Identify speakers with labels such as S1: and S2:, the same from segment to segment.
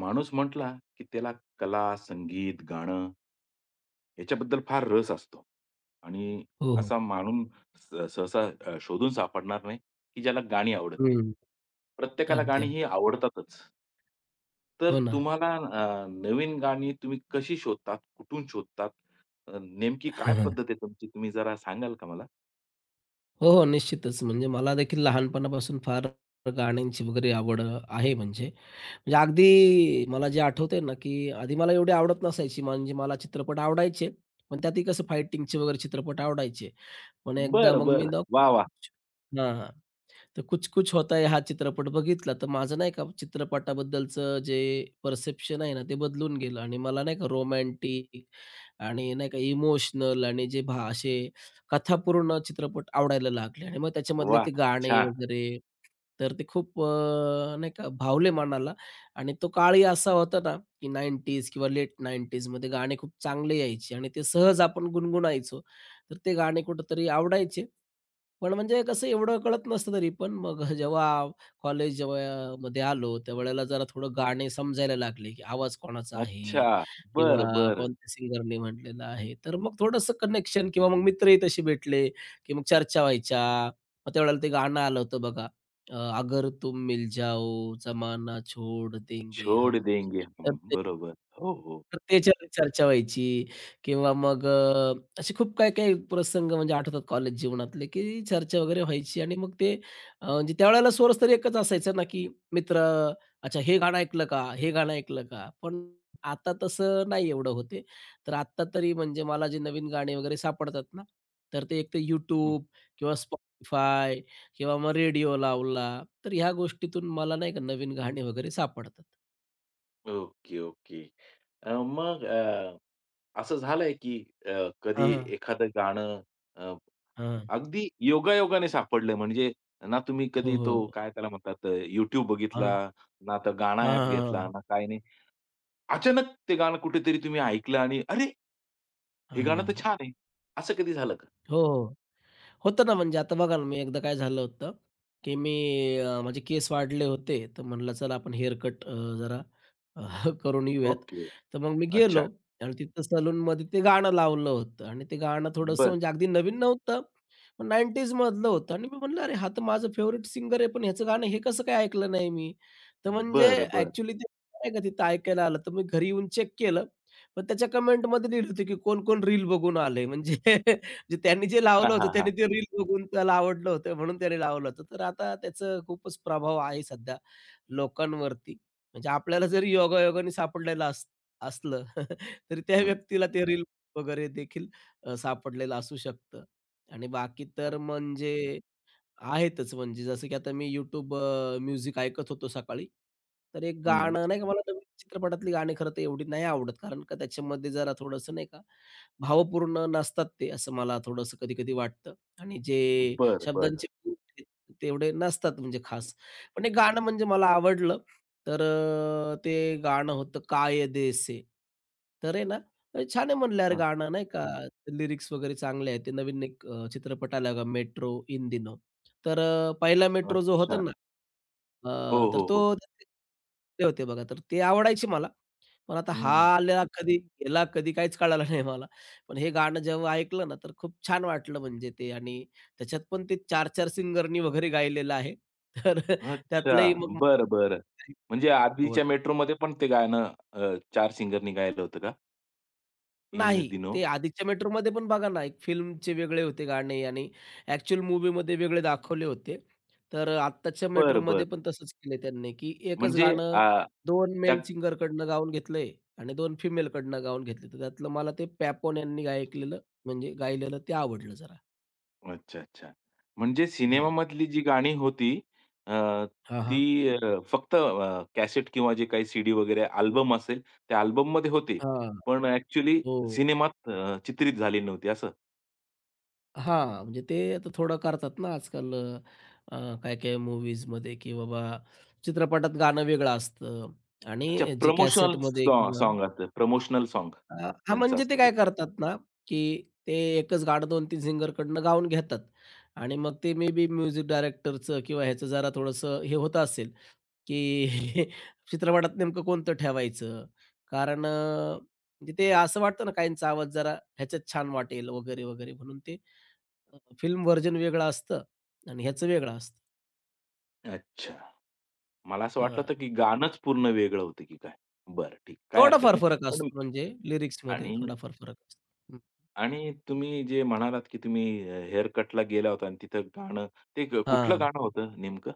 S1: माणूस म्हटला, की त्याला कला, संगीत, गाणं याच्याबद्दल फार रस असतो आणि
S2: हो, हो.
S1: असा माणूस सहसा शोधून सापडणार नाही, की ज्याला गाणी आवडत नाही.
S2: हं.
S1: प्रत्येकाला
S2: अगदी,
S1: गाणी
S2: अगदी.
S1: ही आवडतातच. तर
S2: हो ना.
S1: तुम्हाला नवीन गाणी तुम्ही कशी शोधतात? कुठून शोधतात? नेमकी काय
S2: हं, हं.
S1: पद्धत आहे तुमची? तुम्ही जरा सांगाल का मला?
S2: हो, हो. निश्चितच. म्हणजे मला देखील लहानपणापासून फार गाण्यांची वगैरे आवड आहे म्हणजे. म्हणजे अगदी मला जे आठवतंय ना, की आधी मला एवढी आवडत नसायची. म्हणजे मला चित्रपट आवडायचे, पण त्यातही कसं फायटिंगचे वगैरे चित्रपट आवडायचे. पण एकदा
S1: बरं,
S2: मग मी
S1: बरं.
S2: ना
S1: वाह, वाह!
S2: हां. तर कुछ कुछ होता है हा चित्रपट बघितला तर माझं नाही का चित्रपटाबद्दलचं जे परसेप्शन आहे ना ते बदलून गेलं आणि मला नाही का रोमॅन्टिक आणि नाही का इमोशनल आणि जे भा असे कथापूर्ण चित्रपट आवडायला लागले आणि मग त्याच्यामधले
S1: वाह!
S2: ते गाणे
S1: छान.
S2: वगैरे तर ते खूप नाही का भावले मनाला आणि तो काळही असा होता ना की नाईन्टीज किंवा लेट नाईन्टीज मध्ये गाणे खूप चांगले यायचे आणि ते सहज आपण गुणगुणायचो तर ते गाणे कुठंतरी आवडायचे पण म्हणजे कसं एवढं कळत नसतं तरी पण मग जेव्हा कॉलेज जेव्हा मध्ये आलो, त्यावेळेला जरा थोडं गाणे समजायला लागले, की आवाज कोणाचा
S1: अच्छा.
S2: आहे
S1: बरं,
S2: किंवा
S1: बरं.
S2: कोणत्या सिंगरने म्हटलेलं आहे. तर मग थोडंसं कनेक्शन किंवा मग मित्रही तसे भेटले, की मग चर्चा व्हायच्या. मग त्यावेळेला ते गाणं आलं होतं बघा, अगर तुम मिल जाओ जमाना छोड़ देंगे
S1: छोड
S2: हम.
S1: देंगे
S2: तर
S1: हम. बरोबर. हो, हो.
S2: तर त्याच्यावर चर्चा व्हायची किंवा मग असे खूप काही काही प्रसंग म्हणजे आठवतात कॉलेज जीवनातले, की चर्चा वगैरे व्हायची आणि मग ते म्हणजे त्यावेळेला सोर्स तर एकच असायचा ना, की मित्र, "अच्छा हे गाणं ऐकलं का? हे गाणं ऐकलं का?" पण आता तसं नाही एवढं होते. तर आत्ता तरी म्हणजे मला जे नवीन गाणे वगैरे सापडतात ना, तर ते एकतर YouTube किंवा Spotify किंवा मग रेडिओ लावला, तर ह्या गोष्टीतून मला नाही का नवीन गाणे वगैरे सापडतात.
S1: Okay, okay. अ, मग अ, असं झालंय की अ, कधी
S2: हां,
S1: एखादं गाणं अ,
S2: हां.
S1: अगदी योगायोगाने सापडलं म्हणजे ना तुम्ही
S2: हो,
S1: कधी तो
S2: हो.
S1: काय त्याला म्हणतात YouTube
S2: हां,
S1: बघितला,
S2: हां.
S1: ना तर गाणा
S2: हां,
S1: ॲप
S2: हां,
S1: घेतला,
S2: हां.
S1: ना काही नाही. अचानक ते गाणं कुठेतरी तुम्ही ऐकलं आणि "अरे! हे गाणं तर छान आहे." असं कधी झालं का?
S2: हो, हो. होतं ना म्हणजे आता बघा ना, मी एकदा काय झालं होतं, की मी माझे केस वाढले होते. तर म्हणलं चला आपण हेअर कट जरा करून येऊयात.
S1: ओके.
S2: तर मग मी
S1: अच्छा.
S2: गेलो आणि तिथं सलूनमध्ये ते गाणं लावलं होतं आणि ते गाणं थोडंसं
S1: बरं.
S2: म्हणजे अगदी नवीन नव्हतं, पण 90s मधलं होतं आणि मी म्हटलं, "अरे, हा तर माझा फेव्हरेट सिंगर आहे, पण ह्याचं गाणं हे कसं काय ऐकलं नाही मी?" तर म्हणजे
S1: बरं, बरं.
S2: ॲक्चुअली ते नाही का तिथं ऐकायला आलं. तर मी घरी येऊन चेक केलं, पण त्याच्या कमेंटमध्ये लिहिलं होतं, की कोण-कोण रील बघून आलंय. म्हणजे जे त्यांनी जे
S1: हां,
S2: लावलं होतं,
S1: हां, हां.
S2: त्याने ते रील बघून त्याला आवडलं होतं म्हणून त्याने लावलं होतं. तर आता त्याचा खूपच प्रभाव आहे सध्या लोकांवरती. म्हणजे आपल्याला जरी योगायोगाने सापडलेलं असलं, तरी त्या
S1: हं.
S2: व्यक्तीला ते रील वगैरे देखील सापडलेलं असू शकतं आणि बाकी तर म्हणजे आहेतच. म्हणजे जसं की आता मी YouTube म्युझिक ऐकत होतो सकाळी. तर एक
S1: हं.
S2: गाणं नाही का मला नवीन चित्रपटातली गाणी खरं तर एवढी नाही आवडत. कारण का त्याच्यामध्ये जरा थोडंसं नाही का भावपूर्ण नसतात ते, असं मला थोडंसं कधी-कधी वाटतं. आणि जे
S1: बरं, बरं.
S2: शब्दांचे खूप आहेत, तेवढे नसतात म्हणजे खास. पण हे गाणं म्हणजे मला आवडलं. तर ते गाणं होतं कायदेसे. तर आहे ना, छान आहे म्हणलं यार
S1: हं.
S2: गाणं नाही का. लिरिक्स वगैरे चांगले आहेत. ते नवीन एक चित्रपट आला बघा मेट्रो इन तर पहिला मेट्रो जो होता
S1: अच्छा.
S2: ना,
S1: हो,
S2: तर
S1: हो,
S2: तो
S1: हो.
S2: ते होते बघा, तर ते आवडायचे मला. पण आता हा आला कधी गेला कधी काहीच कळालं नाही मला. पण हे गाणं जेव्हा ऐकलं ना, तर खूप छान वाटलं म्हणजे ते आणि त्याच्यात पण ते 4-4 सिंगरनी वगैरे गायलेलं आहे. तर
S1: अच्छा.
S2: त्यातलंही मग
S1: बरं, बरं.
S2: आवडलं.
S1: म्हणजे आधीच्या मेट्रोमध्ये पण ते गाणं 4 सिंगरनी गायलं होतं का? इन
S2: नाही.
S1: दिनो
S2: ते आधीच्या मेट्रोमध्ये पण बघा ना, एक फिल्मचे वेगळे होते गाणे आणि ॲक्चुअल मूव्हीमध्ये वेगळे दाखवले होते. तर आत्ताच्या
S1: बरं, बरं.
S2: मेट्रोमध्ये पण तसंच केलंय त्यांनी, की एकच
S1: म्हणजे
S2: गाणं
S1: अ,
S2: 2
S1: त्या
S2: मेल सिंगरकडनं गाऊन घेतलंय आणि 2 फिमेलकडनं गाऊन घेतले. तर त्यातलं मला ते पॅपॉन यांनी गायकलेलं म्हणजे गायलेलं ते आवडलं जरा.
S1: अच्छा, अच्छा. म्हणजे
S2: हां.
S1: सिनेमामधली जी गाणी होती अ,
S2: हां, हां.
S1: ती फक्त कॅसेट किंवा जे काही सीडी वगैरे अल्बम असेल, त्या अल्बममध्ये होती.
S2: हां.
S1: पण ॲक्चुअली
S2: हो.
S1: सिनेमात चित्रित झाली नव्हती असं?
S2: हां, म्हणजे ते आता थोडं करतात ना आजकाल काही-काही मूव्हीजमध्ये की बाबा चित्रपटात गाणं वेगळं असतं
S1: अच्छा,
S2: आणि जी
S1: प्रमोशनल
S2: कॅसेटमध्ये किंवा
S1: सॉँग असतं. प्रमोशनल सॉँग
S2: अ, हां,
S1: त्यांचं
S2: म्हणजे ते
S1: असतं ते.
S2: काय करतात ना, की ते एकच गाणं 2-3 सिंगरकडनं गाऊन घेतात आणि मग ते मे बी म्युझिक डायरेक्टरचं किंवा ह्याचं जरा थोडंसं हे होत असेल, की चित्रपटात नेमकं कोणतं ठेवायचं? कारण म्हणजे ते असं वाटतं ना, काहींचा आवाज जरा ह्याच्यात छान वाटेल वगैरे, वगैरे म्हणून ते फिल्म व्हर्जन वेगळं असतं आणि ह्याचं वेगळं असतं.
S1: अच्छा. मला असं वाटलं
S2: हां.
S1: होतं की गाणंच पूर्ण वेगळं होतं की काय? बरं, ठीक. काही हरकत
S2: थोडाफार
S1: नाही.
S2: फरक
S1: पण
S2: असतो म्हणजे लिरिक्समध्ये
S1: आणि
S2: थोडाफार फरक असतो.
S1: आणि तुम्ही जे म्हणालात की तुम्ही हेअर कटला गेला होता आणि तिथं गाणं ते कुठलं
S2: हां.
S1: गाणं होतं नेमकं?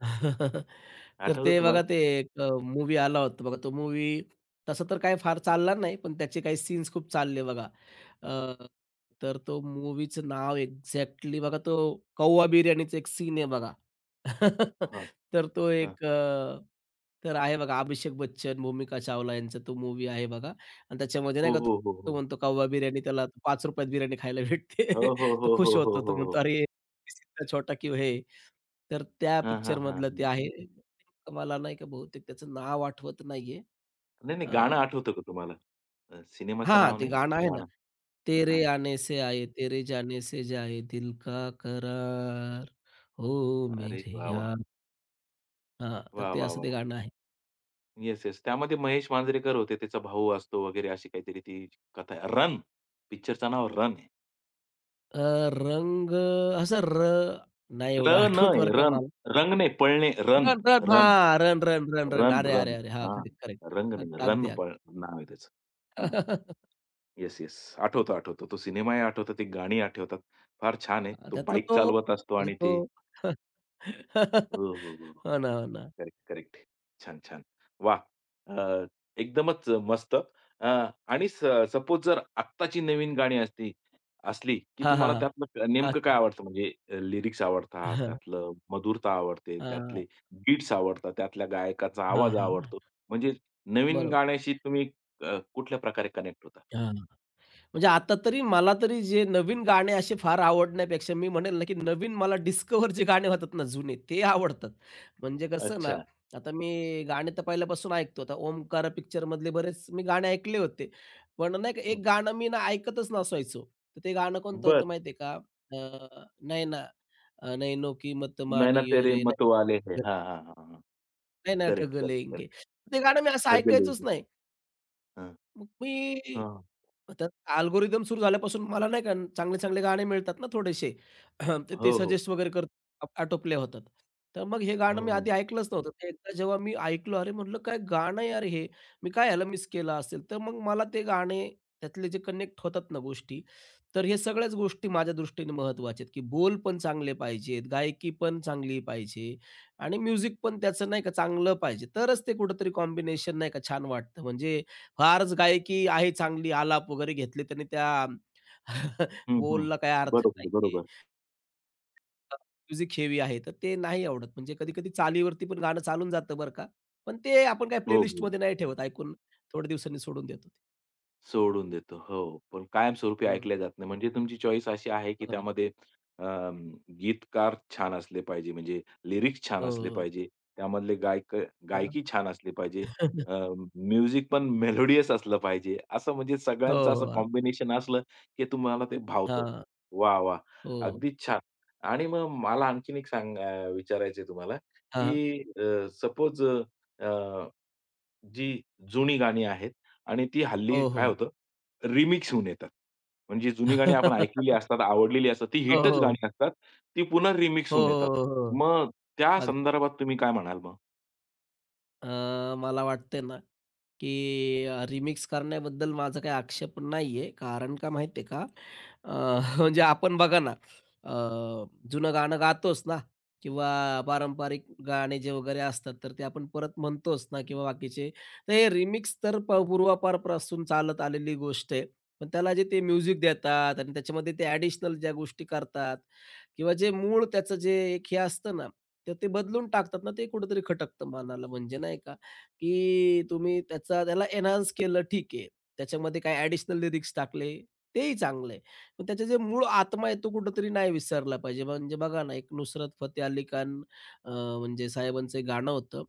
S2: तर
S1: आठवलं
S2: ते
S1: तुम्हाला?
S2: बघा ते एक आला होता बघा. तो मूव्ही तसं तर काही फार चालला नाही, पण त्याचे काही सीन्स खूप चालले बघा. अ, तर तो मूव्हीचं नाव एक्झॅक्टली बघा तो कौवा बिर्याणीचा एक सीन आहे बघा.
S1: हां,
S2: तर तो
S1: हां.
S2: एक तर आहे बघा अभिषेक बच्चन, भूमिका चावला यांचा तो मूव्ही आहे बघा आणि त्याच्यामध्ये नाही
S1: हो,
S2: का तो
S1: हो, हो,
S2: तो
S1: हो.
S2: म्हणतो कौवा बिर्याणी त्याला ₹5 त बिर्याणी खायला भेटते.
S1: हो, हो,
S2: तो
S1: हो,
S2: खुश
S1: हो, हो,
S2: होतो. तो
S1: हो, हो.
S2: म्हणतो, "अरे! छोटा क्यों है?" तर त्या
S1: हां, हां, हां,
S2: पिक्चरमधलं ते
S1: हां.
S2: आहे. नेमकं मला नाही का बहुतेक त्याचं नाव आठवत नाहीये.
S1: नाही, नाही, गाणं
S2: हां,
S1: आठवतं का तुम्हाला? सिनेमाचं
S2: हां.
S1: नाव
S2: ते
S1: नाही,
S2: गाणं आहे ना,
S1: गाणं. हां.
S2: तेरे आने से आये, तेरे जाने से जाए, दिल का करार हो
S1: अरे
S2: मेरे
S1: वाह, वाह!
S2: यार. हां, तर
S1: वाह,
S2: ते
S1: वाह,
S2: असं ते
S1: वाह!
S2: गाणं आहे.
S1: Yes, yes. त्यामध्ये महेश मांजरेकर होते. त्याचा भाऊ असतो वगैरे अशी काहीतरी ती कथा आहे. रन, पिक्चरचं नाव रन.
S2: अ, रंग असं नाही
S1: र
S2: एवढं आठवत
S1: नाही
S2: बरं का
S1: रन,
S2: मला.
S1: रंग नाही पळणे, रन,
S2: रन, रन.
S1: रन,
S2: हां. Run, run, run, run.
S1: Run,
S2: अरे,
S1: रन.
S2: अरे, अरे! हां,
S1: हां,
S2: करेक्ट, करेक्ट.
S1: रंग नाही, रन,
S2: अगदी, अगदी.
S1: पळ, नाव आहे त्याचं. हां, येस, येस. आठवतो, आठवतो. तो सिनेमाही आठवतो, ती गाणी आठवतात. फार छान आहे. तो
S2: त्यातला
S1: बाईक
S2: तो
S1: चालवत असतो
S2: म्हणजे
S1: आणि
S2: तो
S1: ते हो, हो, हो.
S2: हो ना, हो ना.
S1: Correct, correct. छान, छान. वाह! अ, एकदमच मस्त. अ, आणि सपोज जर आत्ताची नवीन गाणी असली, की
S2: हां, हां,
S1: तुम्हाला
S2: हां.
S1: त्यातलं नेमकं काय
S2: अच्छा.
S1: आवडतं? म्हणजे लिरिक्स आवडतात, त्यातलं मधुरता आवडते,
S2: हां,
S1: त्यातले बीट्स आवडतात, त्यातल्या गायकाचा
S2: हां,
S1: आवाज
S2: हां, हां.
S1: आवडतो. म्हणजे नवीन
S2: बरोबर.
S1: गाण्याशी तुम्ही कुठल्या प्रकारे कनेक्ट होता?
S2: हां. म्हणजे आता तरी मला तरी जे नवीन गाणे असे फार आवडण्यापेक्षा मी म्हणेल ना, की नवीन मला डिस्कव्हर जे गाणे होतात ना जुने, ते आवडतात. म्हणजे कसं ना,
S1: अच्छा.
S2: आता मी गाणे तर पहिल्यापासून ऐकतो. आता ओमकारा पिक्चरमधले बरेच मी गाणे ऐकले होते. पण नाही का एक
S1: हं.
S2: गाणं मी ना ऐकतच नसायचो. तर ते गाणं कोणतं
S1: बरं.
S2: होतं माहिती आहे का? "नैना" नैनो की मत
S1: नैना
S2: मानियो
S1: तेरे
S2: रे,
S1: मतवाले है. हां, हां, हां,
S2: नैना
S1: करेक्ट,
S2: ठग
S1: करेक्ट,
S2: लेंगे.
S1: करेक्ट.
S2: ते गाणं मी असं
S1: ठग ले
S2: ऐकायचोच नाही. मग मी त्यात अल्गोरिदम सुरू झाल्यापासून मला नाही का चांगले चांगले गाणे मिळतात ना थोडेसे. तर ते
S1: हो, हो.
S2: सजेस्ट वगैरे करतात, ऑटो प्ले होतात. तर मग हे गाणं
S1: हं,
S2: मी
S1: हं.
S2: आधी ऐकलंच नव्हतं. तर एकदा जेव्हा मी ऐकलं, अरे म्हटलं काय गाणं आहे यार हे. मी काय ह्याला मिस केलं असेल? तर मग मला ते गाणे त्यातले जे कनेक्ट होतात ना गोष्टी, तर हे सगळ्याच गोष्टी माझ्या दृष्टीने महत्त्वाच्या आहेत, की बोल पण चांगले पाहिजेत, गायकी पण चांगली पाहिजे आणि म्युझिक पण त्याचं नाही का चांगलं पाहिजे. तरच ते कुठेतरी कॉम्बिनेशन नाही का छान वाटतं. म्हणजे फारच गायकी आहे चांगली आलाप वगैरे घेतले त्यांनी त्या
S1: हं, हं.
S2: बोलला काही अर्थ
S1: बरोबर,
S2: नाहीये.
S1: बरोबर.
S2: म्युझिक हेवी आहे, तर ते नाही आवडत. म्हणजे कधी-कधी चालीवरती पण गाणं चालून जातं बरं का. पण ते आपण काय
S1: हो,
S2: प्लेलिस्ट
S1: हो.
S2: प्लेलिस्टमध्ये नाही ठेवत. ऐकून थोड्या दिवसांनी सोडून देतो.
S1: सोडून देतो. हो. पण कायमस्वरूपी
S2: हं.
S1: ऐकल्या जात नाही. म्हणजे तुमची चॉईस अशी आहे, की
S2: हां.
S1: त्यामध्ये अं, गीतकार छान असले पाहिजे, म्हणजे लिरिक्स छान
S2: हो,
S1: असले
S2: हो.
S1: पाहिजे, त्यामधले
S2: हो ना.
S1: गायकी छान असली पाहिजे, अ, म्युझिक पण मेलोडियस असलं पाहिजे. असं म्हणजे
S2: हो,
S1: सगळ्यांचं असं
S2: हो.
S1: कॉम्बिनेशन असलं, की तुम्हाला ते भावतं.
S2: हां.
S1: वाह! वाह!
S2: हो, हो.
S1: अगदीच छान. आणि मग मला आणखीन एक सांग अ, तुम्हाला,
S2: हां,
S1: की सपोज जी जुनी गाणी आहेत आणि ती हल्ली
S2: हो,
S1: काय
S2: हो.
S1: होतं, रिमिक्स होऊन येतात. म्हणजे जुनी गाणी आपण ऐकलेली असतात, आवडलेली असतात. ती
S2: हो,
S1: हिटच
S2: हो.
S1: गाणी असतात. ती पुन्हा रिमिक्स
S2: हो,
S1: होऊन
S2: हो,
S1: येतात.
S2: हो, हो.
S1: मग त्या
S2: अग
S1: संदर्भात तुम्ही काय म्हणाल मग?
S2: अ, मला वाटतंय ना की रिमिक्स करण्याबद्दल माझा काही आक्षेप नाहीये. कारण का माहिती का? अ, म्हणजे आपण बघा ना, अ, जुनं गाणं गातोच ना किंवा पारंपरिक गाणे जे वगैरे असतात, तर ते आपण परत म्हणतोच ना किंवा बाकीचे. तर हे रिमिक्स तर पूर्वापारपासून चालत आलेली गोष्ट आहे. पण त्याला जे ते म्युझिक देतात आणि त्याच्यामध्ये ते ॲडिशनल ज्या गोष्टी करतात किंवा जे मूळ त्याचं जे एक हे असतं ना, तर ते बदलून टाकतात ना, ते कुठेतरी खटकतं मनाला म्हणजे नाही का? की तुम्ही त्याचा त्याला एन्हान्स केलं ठीक आहे. त्याच्यामध्ये काही ॲडिशनल लिरिक्स टाकले, तेही चांगलं आहे. पण त्याचं जे मूळ आत्मा आहे तो कुठेतरी नाही विसरला पाहिजे. म्हणजे बघा ना, एक नुसरत फतेह अली खान अ, म्हणजे साहेबांचं एक गाणं होतं,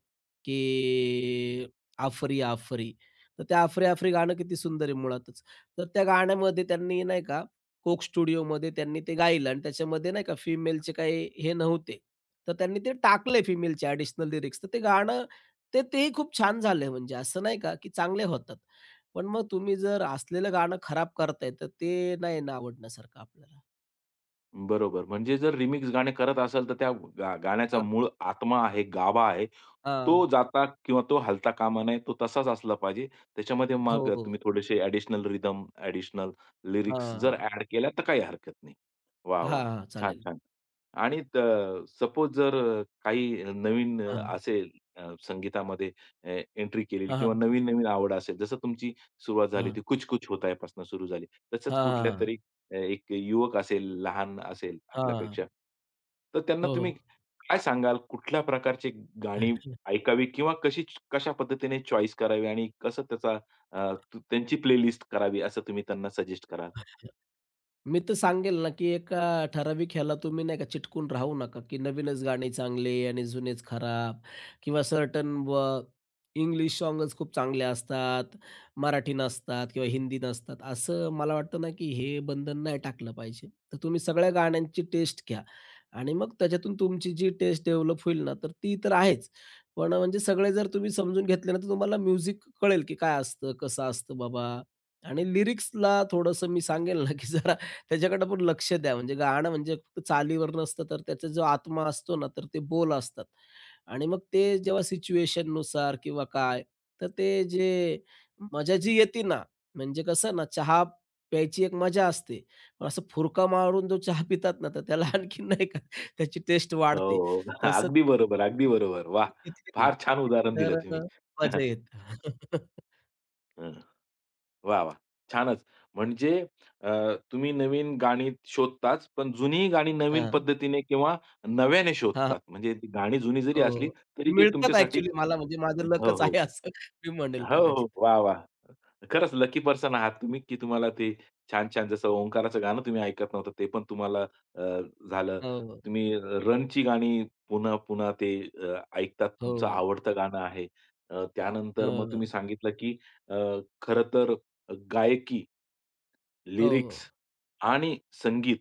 S2: की आफरी आफरी. तर ते आफरी आफरी गाणं किती सुंदर आहे मुळातच. तर त्या गाण्यामध्ये त्यांनी नाही का कोक स्टुडिओमध्ये त्यांनी ते गायलं आणि त्याच्यामध्ये नाही का फिमेलचे काही हे नव्हते. तर त्यांनी ते टाकले फिमेलचे ॲडिशनल लिरिक्स. तर ते गाणं तेही खूप छान झालं म्हणजे असं नाही का, की चांगले होतात. पण मग तुम्ही जर असलेलं गाणं खराब करताय, तर ते नाही ना आवडण्यासारखं आपल्याला.
S1: बरोबर. म्हणजे जर रिमिक्स गाणे करत असाल, तर त्या गाण्याचा
S2: अ,
S1: मूळ आत्मा आहे, गाभा आहे. तो
S2: हां.
S1: जाता किंवा तो हलता कामा नये. तो तसाच असला पाहिजे. त्याच्यामध्ये
S2: हो,
S1: मग
S2: हो.
S1: तुम्ही थोडेसे ॲडिशनल रिदम, ॲडिशनल लिरिक्स जर
S2: हां.
S1: ॲड केल्या, तर काही हरकत नाही. वाह!
S2: हां,
S1: वाह!
S2: हां.
S1: छान,
S2: चालेल.
S1: छान. आणि सपोज जर काही नवीन
S2: हां.
S1: असेल संगीतामध्ये एंट्री केलेली
S2: हां,
S1: किंवा
S2: हां.
S1: नवीन-नवीन आवड असेल, जसं तुमची सुरुवात झाली
S2: हां.
S1: होती, कुछ कुछ होता है पासून सुरू झाली. तसंच
S2: हां, हां.
S1: कुठल्यातरी एक युवक असेल, लहान असेल
S2: हां.
S1: आपल्यापेक्षा, तर त्यांना
S2: हो,
S1: तुम्ही
S2: हो.
S1: काय सांगाल? कुठल्या प्रकारची गाणी ऐकावी किंवा कशा पद्धतीने चॉईस करावी आणि कसं त्याचा त्यांची प्लेलिस्ट करावी असं तुम्ही त्यांना सजेस्ट कराल?
S2: मी तर सांगेल ना, की एका ठराविक ह्याला तुम्ही नाही का चिटकून राहू नका, की नवीनच गाणी चांगले आणि जुनेच खराब किंवा सर्टन व इंग्लिश सॉन्गच खूप चांगले असतात, मराठी नसतात किंवा हिंदी नसतात. असं मला वाटतं ना, की हे बंधन नाही टाकलं पाहिजे. तर तुम्ही सगळ्या गाण्यांची टेस्ट घ्या आणि मग त्याच्यातून तुमची जी टेस्ट डेव्हलप होईल ना, तर ती तर आहेच. पण म्हणजे सगळे जर तुम्ही समजून घेतले ना, तर तुम्हाला म्युझिक कळेल, की काय असतं, कसं असतं बाबा आणि लिरिक्सला थोडंसं मी सांगेल ना, की जरा त्याच्याकडे पण लक्ष द्या. म्हणजे गाणं म्हणजे फक्त चालीवर नसतं, तर त्याचा जो आत्मा असतो ना, तर ते बोल असतात. आणि मग ते जेव्हा सिच्युएशननुसार किंवा काय, तर ते जे मजा जी येते ना, म्हणजे कसं ना, चहा प्यायची एक मजा असते. पण असं फुरका मारून जो चहा पितात ना, तर त्याला आणखीन नाही का त्याची टेस्ट
S1: हो,
S2: वाढते.
S1: हो.
S2: तसं
S1: अगदी बरोबर,
S2: ते-
S1: अगदी बरोबर. वाह!
S2: येते ना,
S1: फार छान उदाहरण दिलं
S2: तर
S1: तुम्ही.
S2: मजा येते.
S1: वाह! वाह! छानच. म्हणजे अ, तुम्ही नवीन गाणी शोधताच, पण जुनी गाणी नवीन
S2: हां.
S1: पद्धतीने किंवा नव्याने
S2: हां,
S1: शोधतात. म्हणजे ती गाणी जुनी जरी
S2: हो.
S1: असली,
S2: हो.
S1: तरी ते
S2: मिळतात
S1: तुमच्यासाठी
S2: ॲक्चुअली मला म्हणजे माझं
S1: हो,
S2: लकच
S1: हो.
S2: आहे असं मी म्हणेल
S1: हो,
S2: कदाचित.
S1: हो. वा! वाह! खरंच लकी पर्सन आहात तुम्ही, की तुम्हाला ते छान-छान जसं ओंकाराचं गाणं तुम्ही ऐकत नव्हतं, ते पण तुम्हाला अ, झालं.
S2: हो,
S1: तुम्ही रनची गाणी पुन्हा-पुन्हा ते ऐकतात. तुमचं
S2: हो.
S1: आवडतं गाणं आहे. त्यानंतर मग तुम्ही
S2: हं.
S1: सांगितलं, की अ, खरं तर गायकी,
S2: हो.
S1: लिरिक्स आणि संगीत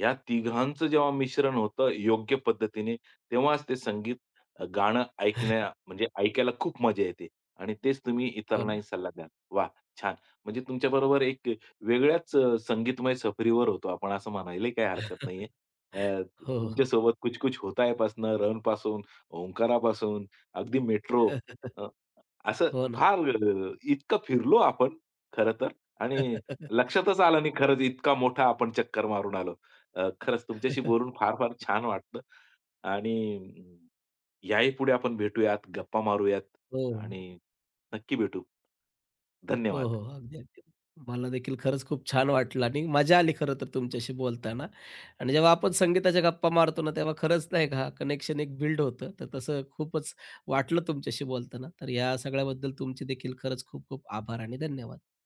S1: या तिघांचं जेव्हा मिश्रण होतं योग्य पद्धतीने, तेव्हाच ते संगीत गाणं म्हणजे ऐकायला खूप मजा येते आणि तेच तुम्ही
S2: हो
S1: इतरांनाही
S2: ना.
S1: सल्ला द्याल. वाह! छान. म्हणजे तुमच्याबरोबर एक वेगळ्याच संगीतमय सफरीवर होतो आपण असं म्हणायलाही काही हरकत नाहीये. अ,
S2: हो, हो.
S1: तुमच्यासोबत कुछ कुछ होता है पासनं, रन पासून, ओंकारापासून, अगदी मेट्रो, असं
S2: हो ना.
S1: फार इतकं फिरलो आपण खरं तर, आणि लक्षातच आलं नाही खरंच इतका मोठा आपण चक्कर मारून आलो. खरंच तुमच्याशी बोलून फार-फार छान वाटलं आणि अं, याही पुढे आपण भेटूयात, गप्पा मारूयात
S2: हो,
S1: आणि नक्की भेटू.
S2: हो,
S1: धन्यवाद.
S2: हो. अगदी, अगदी. मला देखील खरंच खूप छान वाटलं आणि मजा आली खरं तर तुमच्याशी बोलताना आणि जेव्हा आपण संगीताच्या गप्पा मारतो ना, तेव्हा खरंच नाही का कनेक्शन एक बिल्ड होतं. तर तसं खूपच वाटलं तुमच्याशी बोलताना. तर या सगळ्याबद्दल तुमचे देखील खरंच खूप खूप आभार आणि धन्यवाद.